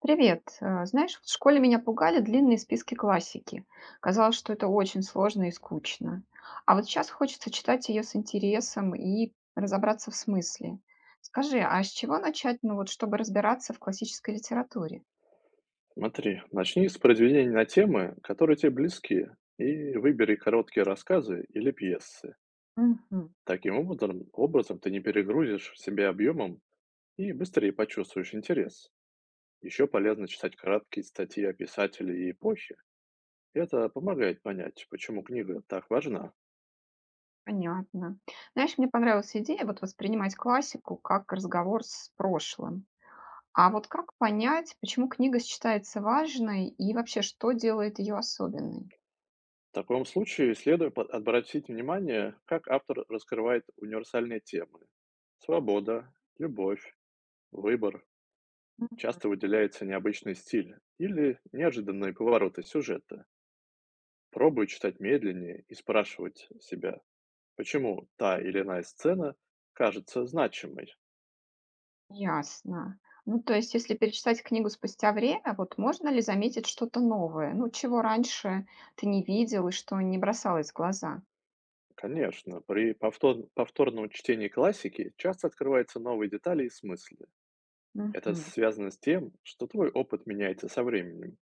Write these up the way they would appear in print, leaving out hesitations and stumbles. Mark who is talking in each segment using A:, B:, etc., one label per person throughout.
A: Привет. Знаешь, в школе меня пугали длинные списки классики. Казалось, что это очень сложно и скучно. А вот сейчас хочется читать ее с интересом и разобраться в смысле. Скажи, а с чего начать, ну вот, чтобы разбираться в классической литературе?
B: Смотри, начни с произведений на темы, которые тебе близки, и выбери короткие рассказы или пьесы.
A: Мгм.
B: Таким образом, ты не перегрузишь себя объемом и быстрее почувствуешь интерес. Еще полезно читать краткие статьи о писателе и эпохе. Это помогает понять, почему книга так важна.
A: Понятно. Знаешь, мне понравилась идея вот воспринимать классику как разговор с прошлым. А вот как понять, почему книга считается важной и вообще, что делает ее особенной?
B: В таком случае следует обратить внимание, как автор раскрывает универсальные темы: свобода, любовь, выбор. Часто выделяется необычный стиль или неожиданные повороты сюжета. Пробуй читать медленнее и спрашивать себя, почему та или иная сцена кажется значимой.
A: Ясно. Ну, то есть, если перечитать книгу спустя время, вот можно ли заметить что-то новое? Ну, чего раньше ты не видел и что не бросалось в глаза?
B: Конечно, при повторном чтении классики часто открываются новые детали и смыслы. Это
A: Мгм.
B: связано с тем, что твой опыт меняется со временем.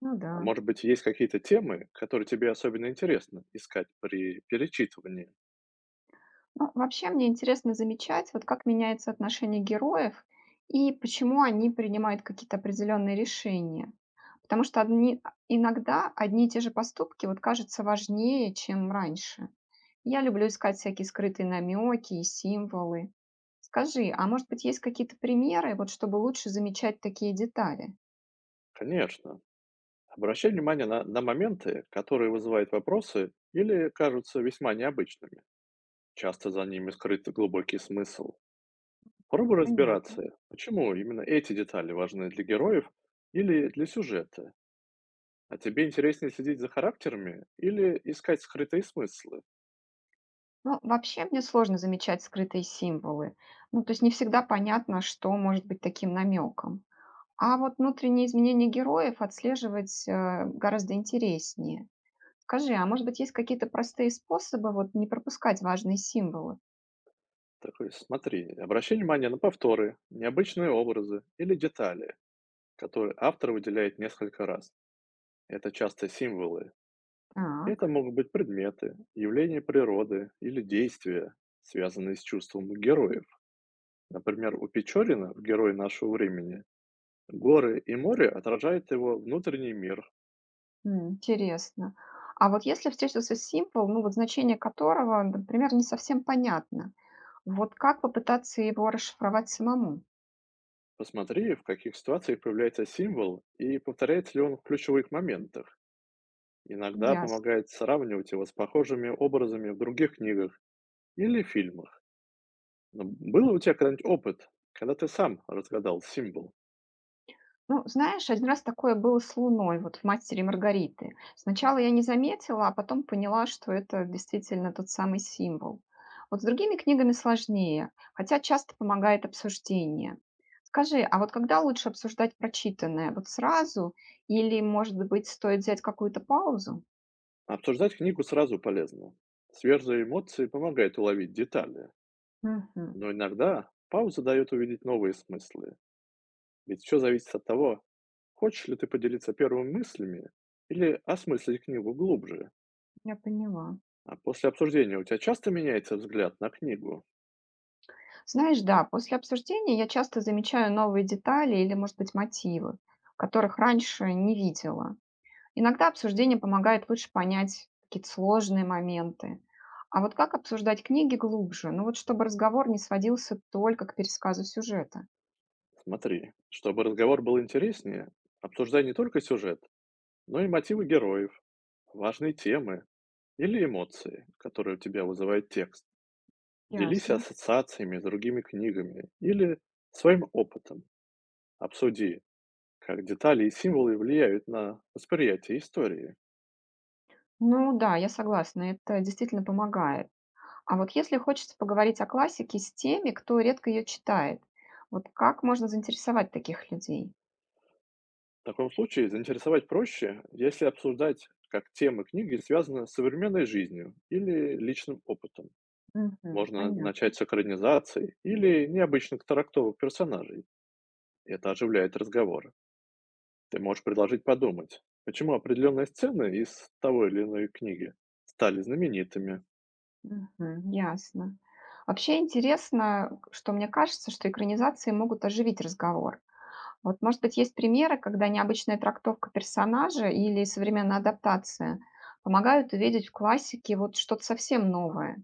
A: Ну
B: А
A: да.
B: может быть, есть какие-то темы, которые тебе особенно интересно искать при перечитывании?
A: Ну, вообще мне интересно замечать, вот как меняется отношение героев и почему они принимают какие-то определенные решения. Потому что одни, а, иногда одни и те же поступки вот кажутся важнее, чем раньше. Я люблю искать всякие скрытые намеки и символы. Скажи, а может быть есть какие-то примеры, вот чтобы лучше замечать такие детали?
B: Конечно. Обращай внимание на моменты, которые вызывают вопросы или кажутся весьма необычными. Часто за ними скрыт глубокий смысл. Пробуй
A: Понятно.
B: разбираться, почему именно эти детали важны для героев или для сюжета. А тебе интереснее следить за характерами или искать скрытые смыслы?
A: Ну, вообще мне сложно замечать скрытые символы. Ну, то есть не всегда понятно, что может быть таким намеком. А вот внутренние изменения героев отслеживать, гораздо интереснее. Скажи, а может быть, есть какие-то простые способы вот не пропускать важные символы?
B: Такой, смотри, обращай внимание на повторы, необычные образы или детали, которые автор выделяет несколько раз. Это часто символы. Это
A: Так,
B: могут быть предметы, явления природы или действия, связанные с чувством героев. Например, у Печорина в «Герой нашего времени» горы и море отражают его внутренний мир.
A: м, интересно. А вот если встретился символ, ну вот значение которого, например, не совсем понятно, вот как попытаться его расшифровать самому?
B: Посмотри, в каких ситуациях появляется символ и повторяется ли он в ключевых моментах. Иногда
A: Ясно.
B: помогает сравнивать его с похожими образами в других книгах или фильмах. Но был у тебя когда-нибудь опыт, когда ты сам разгадал символ?
A: Ну, знаешь, один раз такое было с Луной, вот в «Мастере и Маргарите». Сначала я не заметила, а потом поняла, что это действительно тот самый символ. Вот с другими книгами сложнее, хотя часто помогает обсуждение. Скажи, а вот когда лучше обсуждать прочитанное? Вот сразу или, может быть, стоит взять какую-то паузу?
B: Обсуждать книгу сразу полезно. Свежие эмоции помогают уловить детали,
A: Мгм.
B: но иногда пауза дает увидеть новые смыслы. Ведь все зависит от того, хочешь ли ты поделиться первыми мыслями или осмыслить книгу глубже.
A: Я поняла.
B: А после обсуждения у тебя часто меняется взгляд на книгу?
A: Знаешь, да, после обсуждения я часто замечаю новые детали или, может быть, мотивы, которых раньше не видела. Иногда обсуждение помогает лучше понять какие-то сложные моменты. А вот как обсуждать книги глубже? Ну вот чтобы разговор не сводился только к пересказу сюжета.
B: Смотри, чтобы разговор был интереснее, обсуждай не только сюжет, но и мотивы героев, важные темы или эмоции, которые у тебя вызывает текст. Делись
A: Ясно.
B: ассоциациями с другими книгами или своим опытом. Обсуди, как детали и символы влияют на восприятие истории.
A: Ну да, я согласна, это действительно помогает. А вот если хочется поговорить о классике с теми, кто редко ее читает, вот как можно заинтересовать таких людей?
B: В таком случае заинтересовать проще, если обсуждать, как темы книги связаны с современной жизнью или личным опытом.
A: Мгм,
B: Можно
A: понятно.
B: начать с экранизации или необычных трактовок персонажей. Это оживляет разговоры. Ты можешь предложить подумать, почему определенные сцены из того или иной книги стали знаменитыми.
A: Мгм, ясно. Вообще интересно, что мне кажется, что экранизации могут оживить разговор. Вот, может быть, есть примеры, когда необычная трактовка персонажа или современная адаптация помогают увидеть в классике вот что-то совсем новое.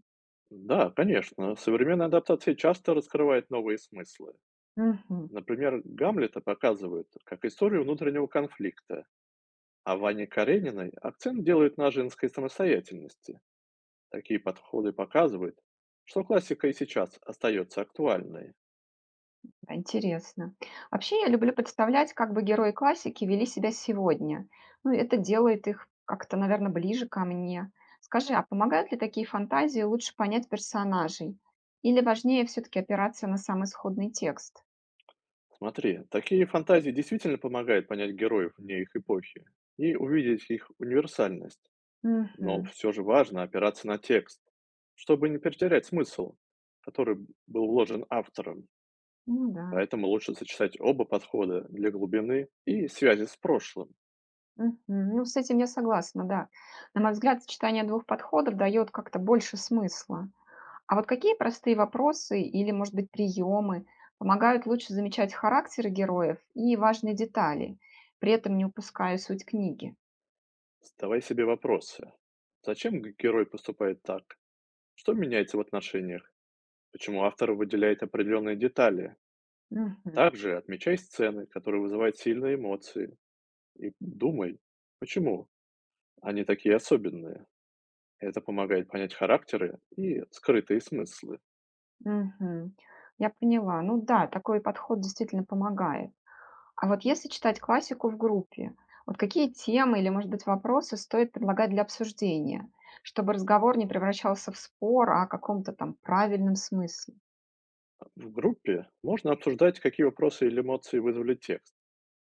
B: Да, конечно. Современная адаптация часто раскрывает новые смыслы.
A: Мгм.
B: Например, Гамлета показывают как историю внутреннего конфликта, а Ване Карениной акцент делают на женской самостоятельности. Такие подходы показывают, что классика и сейчас остается актуальной.
A: Да, интересно. Вообще я люблю представлять, как бы герои классики вели себя сегодня. Ну, это делает их как-то, наверное, ближе ко мне. Скажи, а помогают ли такие фантазии лучше понять персонажей? Или важнее все-таки опираться на самый сходный текст?
B: Смотри, такие фантазии действительно помогают понять героев вне их эпохи и увидеть их универсальность. Но
A: Мгм.
B: все же важно опираться на текст, чтобы не потерять смысл, который был вложен автором.
A: Ну да.
B: Поэтому лучше сочетать оба подхода для глубины и связи с прошлым.
A: Мгм. Ну, с этим я согласна, да. На мой взгляд, сочетание двух подходов дает как-то больше смысла. А вот какие простые вопросы или, может быть, приемы помогают лучше замечать характеры героев и важные детали, при этом не упуская суть книги?
B: Задавай себе вопросы. Зачем герой поступает так? Что меняется в отношениях? Почему автор выделяет определенные детали?
A: Мгм.
B: Также отмечай сцены, которые вызывают сильные эмоции. И думай, почему они такие особенные. Это помогает понять характеры и скрытые смыслы.
A: Мгм. Я поняла. Ну да, такой подход действительно помогает. А вот если читать классику в группе, вот какие темы или, может быть, вопросы стоит предлагать для обсуждения, чтобы разговор не превращался в спор а о каком-то там правильном смысле?
B: В группе можно обсуждать, какие вопросы или эмоции вызвали текст.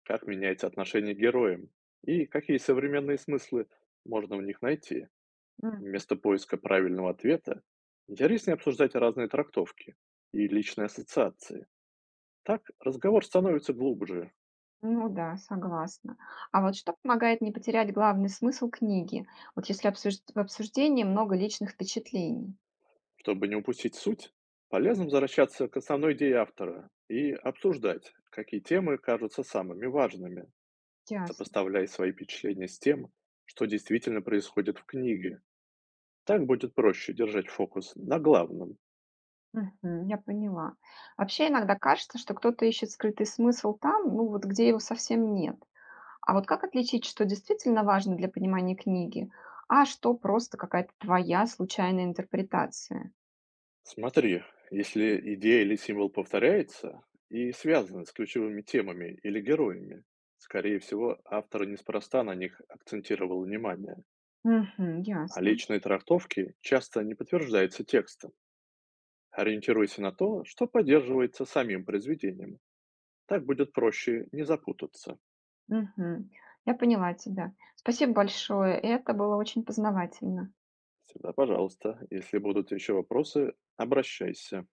B: Как меняется отношение к героям? И какие современные смыслы можно в них найти?
A: М,
B: Вместо поиска правильного ответа интереснее обсуждать разные трактовки и личные ассоциации. Так разговор становится глубже.
A: ну да, согласна. А вот что помогает не потерять главный смысл книги, вот если в обсуждении много личных впечатлений?
B: Чтобы не упустить суть, полезно возвращаться к основной идее автора и обсуждать, какие темы кажутся самыми важными,
A: Ясно.
B: сопоставляя свои впечатления с тем, что действительно происходит в книге. Так будет проще держать фокус на главном.
A: Мгм, я поняла. Вообще иногда кажется, что кто-то ищет скрытый смысл там, ну вот где его совсем нет. А вот как отличить, что действительно важно для понимания книги, а что просто какая-то твоя случайная интерпретация?
B: Смотри, если идея или символ повторяется и связаны с ключевыми темами или героями, скорее всего, автор неспроста на них акцентировал внимание,
A: Мгм,
B: а
A: ясно.
B: личные трактовки часто не подтверждаются текстом. Ориентируйся на то, что поддерживается самим произведением. Так будет проще не запутаться.
A: Мгм. Я поняла тебя. Спасибо большое. Это было очень познавательно.
B: Всегда пожалуйста, если будут еще вопросы, обращайся.